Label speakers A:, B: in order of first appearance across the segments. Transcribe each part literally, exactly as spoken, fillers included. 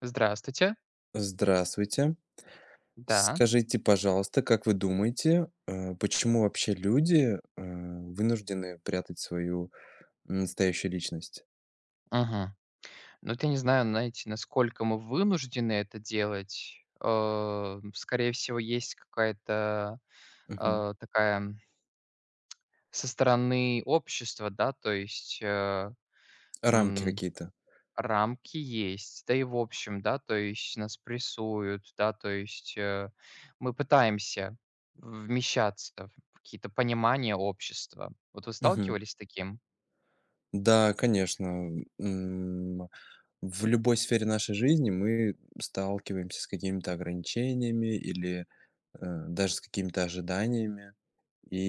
A: Здравствуйте.
B: Здравствуйте.
A: Да.
B: Скажите, пожалуйста, как вы думаете, э, почему вообще люди, э, вынуждены прятать свою настоящую личность?
A: Мгм. Ну, вот я не знаю, знаете, насколько мы вынуждены это делать. Э, скорее всего, есть какая-то,
B: Мгм.
A: э, такая со стороны общества, да, то есть, э,
B: Рамки
A: м,
B: какие-то.
A: рамки есть. Да и в общем, да, то есть нас прессуют, да, то есть, э, мы пытаемся вмещаться в какие-то понимания общества. Вот вы
B: Мгм.
A: сталкивались с таким?
B: Да, конечно. М, в любой сфере нашей жизни мы сталкиваемся с какими-то ограничениями или, э, даже с какими-то ожиданиями.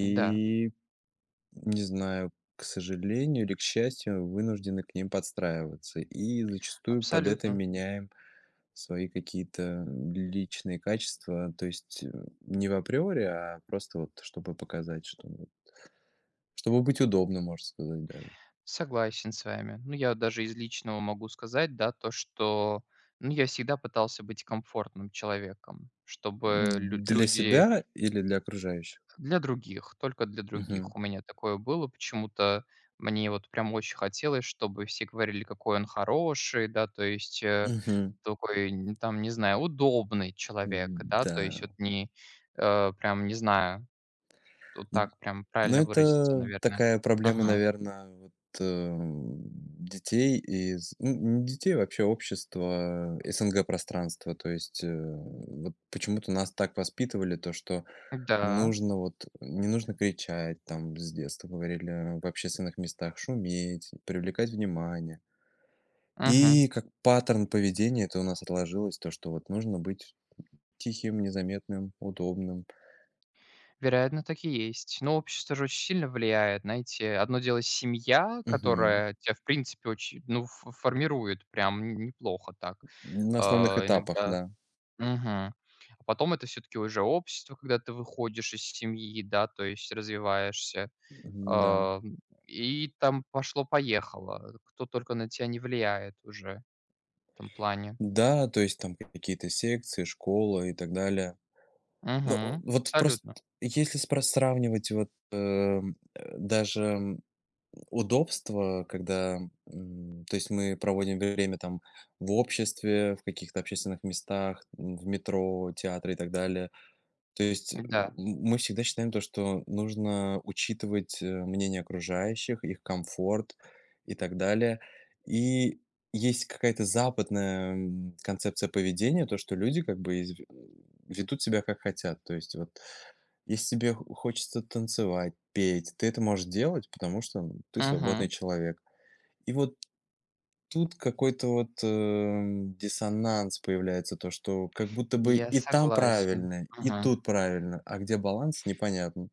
A: Да,
B: Не знаю, к сожалению или к счастью, вынуждены к ним подстраиваться. И зачастую под это
A: абсолютно.
B: меняем свои какие-то личные качества. То есть э, не в априори, а просто вот чтобы показать, что ну, чтобы быть удобным, можно сказать даже.
A: Согласен с вами. Ну, я даже из личного могу сказать, да, то, что, ну, я всегда пытался быть комфортным человеком, чтобы лю-
B: Для
A: люди
B: себя или для окружающих?
A: для других, только для
B: Мгм.
A: других. У меня такое было почему-то. Мне вот прям очень хотелось, чтобы все говорили, какой он хороший, да, то есть э,
B: Мгм.
A: такой, н- там, не знаю, удобный человек, да, то есть
B: Да.
A: вот не, э, прям, не знаю, вот так прям
B: Ну,
A: правильно выразиться,
B: это
A: наверное.
B: такая проблема,
A: Мгм.
B: наверное, вот, эм, детей из н не детей, вообще общества, СНГ-пространства. То есть, э, вот почему-то нас так воспитывали, то что
A: Да.
B: нужно вот не нужно кричать, там с детства говорили, в общественных местах шуметь, привлекать внимание.
A: Мгм.
B: И как паттерн поведения это у нас отложилось, то что вот нужно быть тихим, незаметным, удобным.
A: Вероятно, так и есть. Но общество же очень сильно влияет. Знаете, одно дело семья,
B: Мгм.
A: которая тебя, в принципе, очень, ну, ф- формирует прям н- неплохо так
B: На
A: э,
B: основных этапах,
A: иногда.
B: да.
A: Мгм. А потом это все-таки уже общество, когда ты выходишь из семьи, да, то есть развиваешься.
B: Да.
A: а, и там пошло-поехало. Кто только на тебя не влияет уже в этом плане.
B: Да, то есть там какие-то секции, школа и так далее. Ну, о
A: Мгм.
B: вот просто
A: Абсолютно.
B: если спра сравнивать вот, эм, э, даже, м, удобство, когда, м, то есть мы проводим время там в обществе, в каких-то общественных местах, м, в метро, театре и так далее. То есть,
A: Да.
B: мы всегда считаем то, что нужно учитывать, э, мнение окружающих, их комфорт и так далее. И есть какая-то западная, м, концепция поведения, то, что люди как бы изв ведут себя как хотят. То есть вот если тебе хо хочется танцевать, петь, ты это можешь делать, потому что, м, ты свободный
A: Мгм.
B: человек. И вот Тут какой-то вот, эм, диссонанс появляется, то, что как будто бы
A: Я
B: и там
A: согласен.
B: правильно, и
A: Мгм.
B: тут правильно, а где баланс непонятно.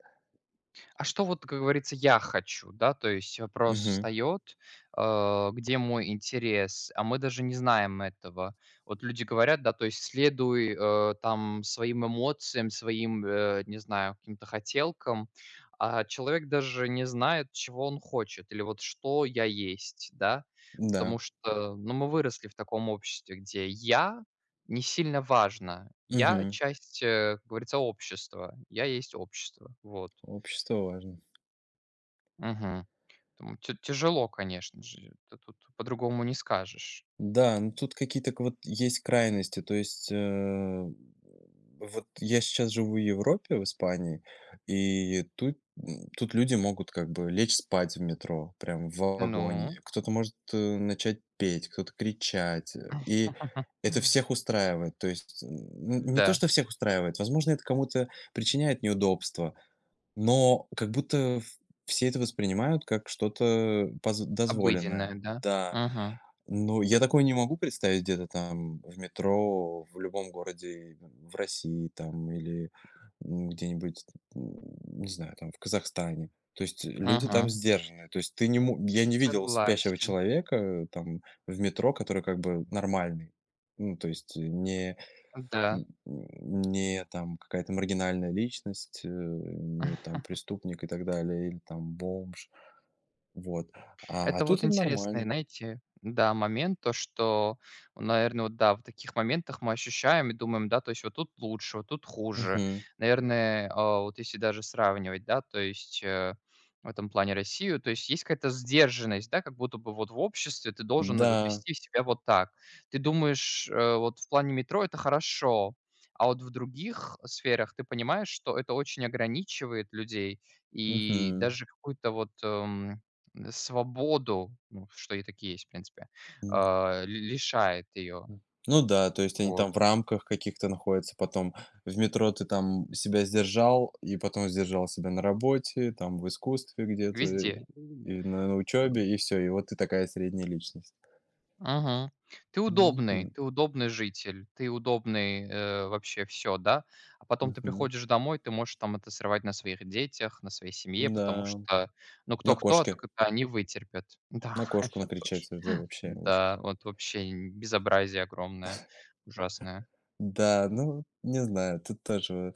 A: А что вот, как говорится, я хочу, да? То есть вопрос
B: Мгм.
A: встает, э, где мой интерес, а мы даже не знаем этого. Вот люди говорят, да, то есть следуй э, там своим эмоциям, своим, э, не знаю, каким-то хотелкам, а человек даже не знает, чего он хочет или вот что я есть, да?
B: Да.
A: Потому что, ну, мы выросли в таком обществе, где я не сильно важно. Я
B: Мгм.
A: часть, э, как говорится, общества. Я есть общество. Вот.
B: Общество важно.
A: Мгм. Там тя тяжело, конечно же. Это тут по-другому не скажешь.
B: Да, ну тут какие-то к вот есть крайности. То есть, э, вот я сейчас живу в Европе, в Испании, и тут, м, тут люди могут как бы лечь спать в метро, прям в вагоне.
A: Ну,
B: Кто-то может, э, начать петь, кто-то кричать, э, и это всех устраивает. То есть, н не то,
A: да,
B: что всех устраивает, возможно, это кому-то причиняет неудобства, но как будто в все это воспринимают как что-то поз дозволенное.
A: обыденное, да?
B: Да.
A: Мгм,
B: Ну, я такое не могу представить где-то там в метро, в любом городе в России там или, м, где-нибудь, м, не знаю, там в Казахстане. То есть люди там
A: мгм.
B: сдержанные. То есть ты не мо я не видел спящего
A: Согласен,
B: человека э, там в метро, который как бы нормальный. Ну, то есть не
A: да.
B: н не там какая-то маргинальная личность, э, не там преступник и так далее, или там бомж. Вот. А а
A: Это
B: тут
A: вот
B: это
A: интересный,
B: нормально.
A: знаете, да, момент, то, что, наверное, вот да, в таких моментах мы ощущаем и думаем, да, то есть вот тут лучше, вот тут хуже.
B: Мгм.
A: Наверное, а, вот если даже сравнивать, да, то есть э, в этом плане Россию, то есть есть какая-то сдержанность, да, как будто бы вот в обществе ты должен э, вот
B: Да.
A: вести себя вот так. Ты думаешь, э, вот в плане метро это хорошо, а вот в других сферах ты понимаешь, что это очень ограничивает людей и
B: Мгм.
A: даже какую-то вот эм, свободу, ну, что и такие есть, в принципе,
B: Мгм.
A: а, ли лишает ее.
B: Ну да, то есть они
A: Вот.
B: там в рамках каких-то находятся, потом в метро ты там себя сдержал, и потом сдержал себя на работе, там в искусстве где-то,
A: Везде.
B: и на, на учебе, и все, и вот ты такая средняя личность.
A: Мгм. Ты удобный,
B: Мгм.
A: ты удобный житель, ты удобный, э, вообще все, да. А потом ты
B: Мгм.
A: приходишь домой, ты можешь там это срывать на своих детях, на своей семье,
B: Да,
A: потому что, ну,
B: на
A: кто-кто, а
B: кошке,
A: так это они вытерпят.
B: на
A: Да,
B: кошку
A: это
B: накричать,
A: тоже.
B: это вообще
A: Да,
B: ужас.
A: вот вообще н безобразие огромное, ужасное.
B: Да, ну, не знаю, тут тоже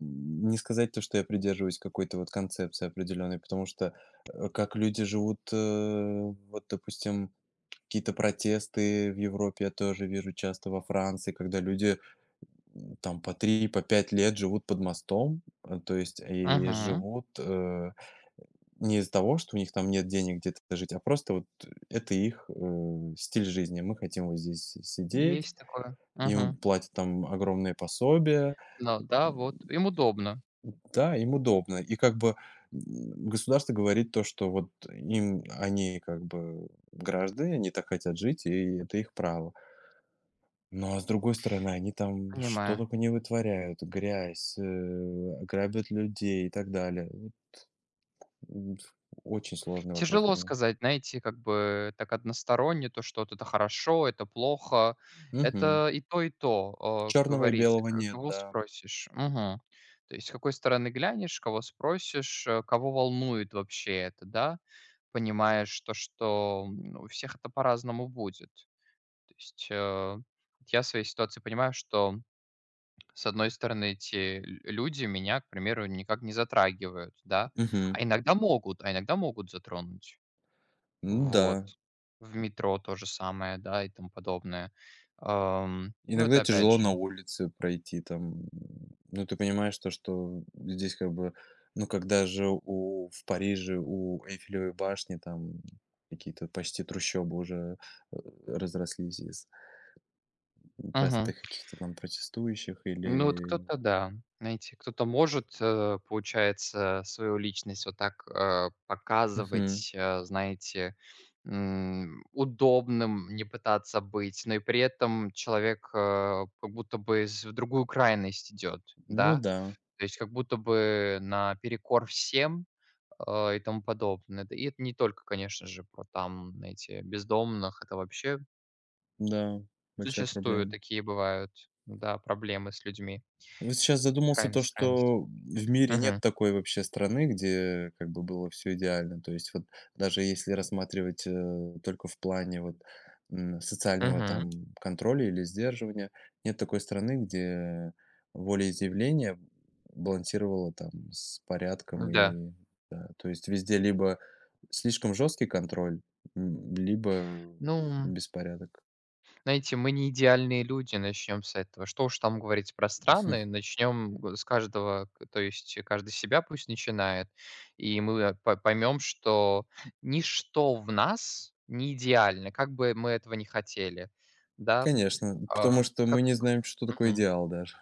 B: не сказать то, что я придерживаюсь какой-то вот концепции определенной, потому что, э, как люди живут, э, вот, допустим, какие-то протесты в Европе я тоже вижу часто, во Франции, когда люди, м, там по три, по пять лет живут под мостом, э, то есть и
A: Мгм.
B: живут, э, не из-за того, что у них там нет денег где-то жить, а просто вот это их, э, стиль жизни. Мы хотим вот здесь сидеть,
A: Есть такое.
B: им
A: Мгм.
B: платят там огромные пособия.
A: Ну да, вот. Им удобно.
B: Да, им удобно. И как бы м, государство говорит то, что вот им они как бы граждане, они так хотят жить, и это их право. Но а с другой стороны, они там что
A: Понимаю.
B: только не вытворяют, грязь, э, грабят людей и так далее. Вот, м, очень сложный вопрос
A: Тяжело
B: для
A: сказать, знаете, как бы так односторонне, то, что вот это хорошо, это плохо.
B: меня.
A: Это и то, и то, э, как
B: Черного и
A: говорится.
B: белого
A: К-
B: нет,
A: Кого
B: да.
A: спросишь? Мгм. То есть с какой стороны глянешь, кого спросишь, э, кого волнует вообще это, да? Понимаешь то, что м, у всех это по-разному будет. То есть э, я в своей ситуации понимаю, что С одной стороны, эти лю люди меня, к примеру, никак не затрагивают, да,
B: Мгм.
A: а иногда могут, а иногда могут затронуть.
B: Ну
A: Вот.
B: да.
A: В метро то же самое, да, и тому подобное. Ам, ну,
B: Иногда
A: это опять
B: тяжело на
A: же.
B: улице пройти там. М, ну, ты понимаешь то, что здесь как бы, ну, когда же у в Париже у Эйфелевой башни там какие-то почти трущобы уже, э, разрослись из
A: Мгм.
B: простых каких-то там протестующих
A: Ну, вот
B: или.
A: кто-то да. Знаете, кто-то может, э, получается, свою личность вот так, э,
B: Мгм.
A: показывать, э, знаете, м, удобным, не пытаться быть, но и при этом человек, э, как будто бы с в другую крайность идет,
B: Ну
A: да.
B: да,
A: То есть как будто бы наперекор всем, э, и тому подобное. Да и это не только, конечно же, про там, знаете, бездомных. Это вообще
B: да, большая
A: зачастую
B: проблема.
A: такие бывают, да, проблемы с людьми.
B: Вот сейчас задумался то,
A: Крайность крайность.
B: что в мире нет
A: Мгм.
B: такой вообще страны, где как бы было все идеально. То есть вот даже если рассматривать, э, только в плане вот, м, социального там
A: Мгм.
B: контроля или сдерживания, нет такой страны, где волеизъявление балансировало там с порядком.
A: Ну Да.
B: И да, то есть везде либо слишком жесткий контроль, м, либо
A: Ну,
B: беспорядок.
A: знаете, мы не идеальные люди, начнем с этого. Что уж там говорить про страны, начнем с каждого, к- то есть каждый себя пусть начинает, и мы поймем, что ничто в нас не идеально, как бы мы этого не хотели, да.
B: Конечно, потому
A: А,
B: что мы
A: как
B: не знаем, что такое
A: Мгм.
B: идеал даже.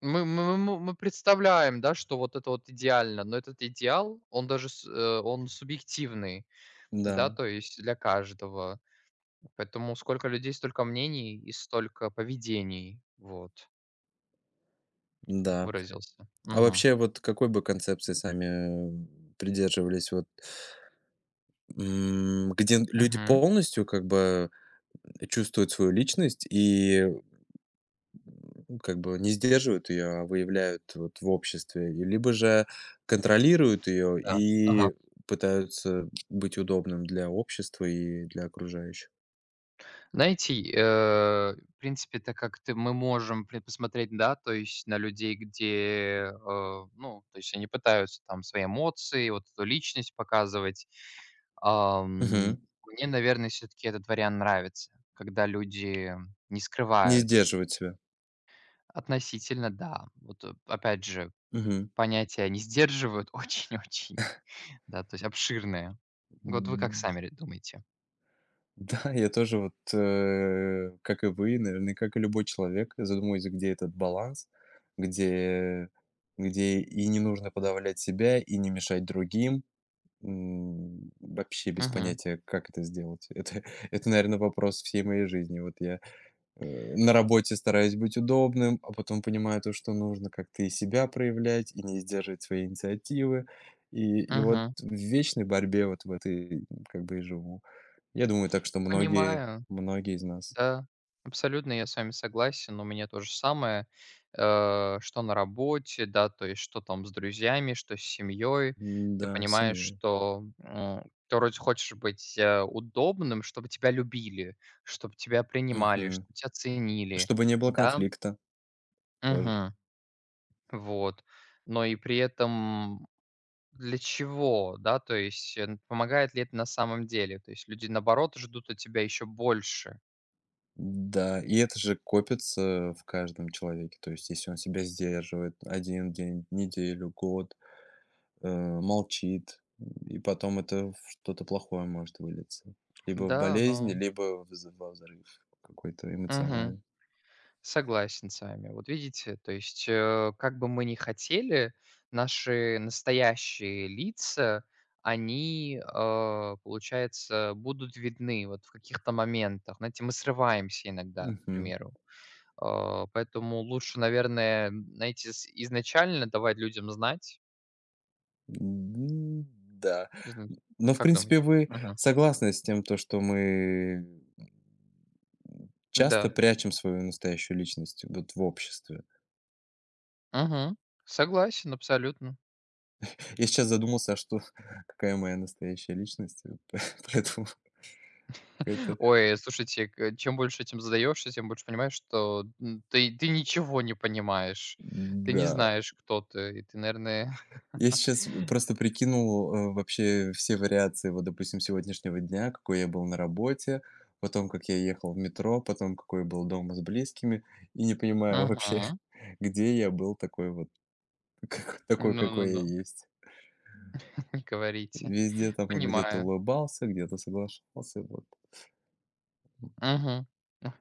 A: мы, мы, мы мы представляем, да, что вот это вот идеально, но этот идеал, он даже, с- э, он субъективный, да,
B: Да.
A: то есть для каждого. Поэтому сколько людей, столько мнений и столько поведений. Вот, я бы так
B: Да.
A: выразился.
B: А
A: Мгм.
B: вообще, вот какой бы концепции сами, э, придерживались? Вот, м, где люди
A: Мгм.
B: полностью как бы чувствуют свою личность и, м, как бы не сдерживают ее, а выявляют вот в обществе, и либо же контролируют ее
A: Да. Ага.
B: и пытаются быть удобным для общества и для окружающих.
A: Знаете, э, в принципе, так как ты мы можем при посмотреть, да, то есть на людей, где, э, ну, то есть они пытаются там свои эмоции, вот эту личность показывать. Ам,
B: Мгм.
A: Мне, наверное, все-таки этот вариант нравится, когда люди не
B: Не
A: скрывают.
B: сдерживать себя.
A: Относительно, да. Вот э, опять же, Понятия не сдерживают очень-очень, да, то есть обширное. Вот вы как
B: Мгм.
A: сами ре думаете?
B: Да, я тоже вот, э, как и вы, наверное, как и любой человек, задумываюсь, где этот баланс, где, где и не нужно подавлять себя, и не мешать другим. М, Вообще без
A: Мгм,
B: понятия, как это сделать. Это, это, наверное, вопрос всей моей жизни. Вот я э, на работе стараюсь быть удобным, а потом понимаю то, что нужно как-то и себя проявлять, и не сдерживать свои инициативы. И, и вот
A: мгм.
B: в вечной борьбе вот в этой как бы и живу. Я думаю, так что многие
A: Понимаю,
B: многие из нас.
A: да. Абсолютно я с вами согласен. У меня то же самое, э, что на работе, да, то есть что там с друзьями, что с семьей. Ты
B: М-да, с
A: понимаешь,
B: семьей.
A: что, м, ты вроде хочешь быть, э, удобным, чтобы тебя любили, чтобы тебя принимали,
B: Мгм.
A: чтобы тебя ценили,
B: Чтобы не было
A: да.
B: конфликта тоже.
A: Мгм. Вот. Но и при этом Для чего, да, то есть, э, помогает ли это на самом деле? То есть люди, наоборот, ждут от тебя еще больше.
B: Да, и это же копится в каждом человеке. То есть если он себя сдерживает один день, неделю, год, э, молчит, и потом это в что-то плохое может вылиться. Либо в
A: Да,
B: болезни,
A: но
B: либо в з во взрыв какой-то
A: Мгм.
B: эмоциональный.
A: Согласен с вами. Вот видите, то есть, э, как бы мы ни хотели, наши настоящие лица, они, э, получается, будут видны вот в каких-то моментах. Знаете, мы срываемся иногда, к
B: Мгм.
A: примеру. Э, поэтому лучше, наверное, знаете, с изначально давать людям знать.
B: М, да.
A: Изна
B: Но, в
A: Как
B: принципе,
A: думаете?
B: вы согласны с тем, то, что мы часто
A: Да.
B: прячем свою настоящую личность вот в обществе?
A: Мгм. Согласен, абсолютно.
B: Я сейчас задумался, а что, какая моя настоящая личность? Поэтому это
A: Ой, слушайте, к э, чем больше этим задаешься, тем больше понимаешь, что, м, ты ты ничего не понимаешь. Ты не
B: да.
A: знаешь, кто ты. И ты, наверное.
B: Я сейчас просто прикинул, э, вообще все вариации, вот, допустим, сегодняшнего дня, какой я был на работе, потом как я ехал в метро, потом какой я был дома с близкими, и не понимаю вообще,
A: Мгм.
B: где я был такой вот. Как такой, какой я
A: Ну-ну-ну,
B: есть.
A: не говорите.
B: Везде там вот где-то
A: Понимаю.
B: улыбался, где-то соглашался, вот.
A: Мгм. Ну,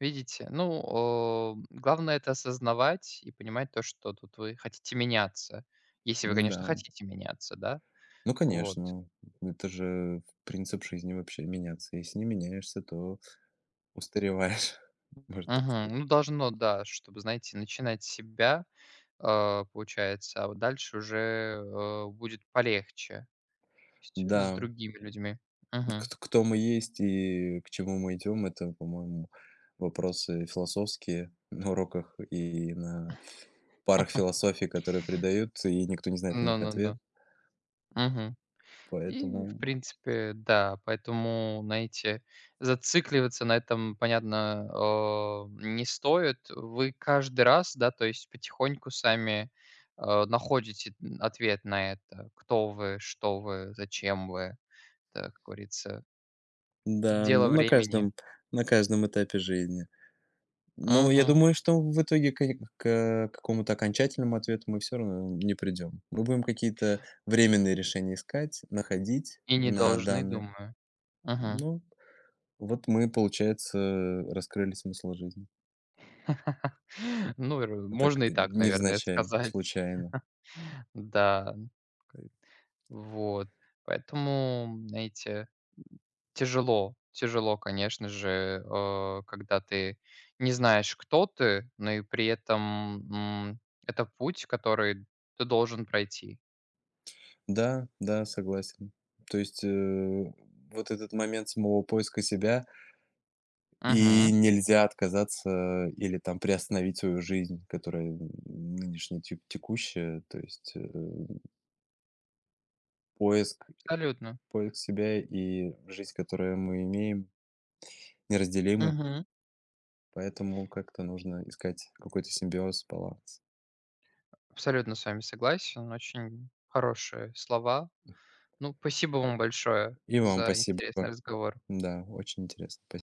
A: Видите? Ну, о, главное — это осознавать и понимать то, что тут вы хотите меняться. Если вы, конечно,
B: Да.
A: хотите меняться, да?
B: Ну,
A: Вот.
B: конечно, это же принцип жизни вообще меняться. Если не меняешься, то устареваешь. Может так.
A: Мгм. Ну, должно, да, чтобы, знаете, начинать с себя. А, получается, а вот дальше уже, э, будет полегче с с
B: Да,
A: другими людьми. Мгм.
B: кт кто мы есть и к чему мы идем — это, по-моему, вопросы философские на уроках и на парах философии, которые преподают, и никто не знает на них ответ.
A: Ну-ну-ну. Мгм. И, в
B: Поэтому
A: принципе, да, поэтому, знаете, зацикливаться на этом, понятно, э, не стоит. Вы каждый раз, да, то есть потихоньку сами, э, находите ответ на это. Кто вы, что вы, зачем вы. Это, как говорится,
B: да,
A: дело
B: ну, на
A: времени.
B: каждом на каждом этапе жизни. Ну, я
A: Мгм.
B: думаю, что в итоге к к какому-то окончательному ответу мы все равно не придем. Мы будем какие-то временные решения искать, находить
A: И не
B: на
A: должны,
B: данные.
A: думаю. Мгм.
B: Ну, вот мы, получается, раскрыли смысл жизни.
A: Ну, р
B: Так,
A: можно и
B: э,
A: так, наверное,
B: невзначай,
A: сказать.
B: случайно.
A: Да, ну, к вот. Поэтому, знаете, тяжело, тяжело, конечно же, э, когда ты не знаешь, кто ты, но и при этом, м, это путь, который ты должен пройти.
B: Да, да, согласен. То есть, э, вот этот момент самого поиска себя, и
A: Мгм.
B: нельзя отказаться или там приостановить свою жизнь, которая м, нынешняя, тек текущая. То есть, э, поиск
A: Абсолютно.
B: поиск себя и жизнь, которую мы имеем, неразделимы,
A: Мгм.
B: поэтому как-то нужно искать какой-то симбиоз, баланс.
A: Абсолютно с вами согласен. Очень хорошие слова. Ну, спасибо вам большое
B: И вам
A: за
B: спасибо.
A: интересный разговор.
B: Да, очень интересно.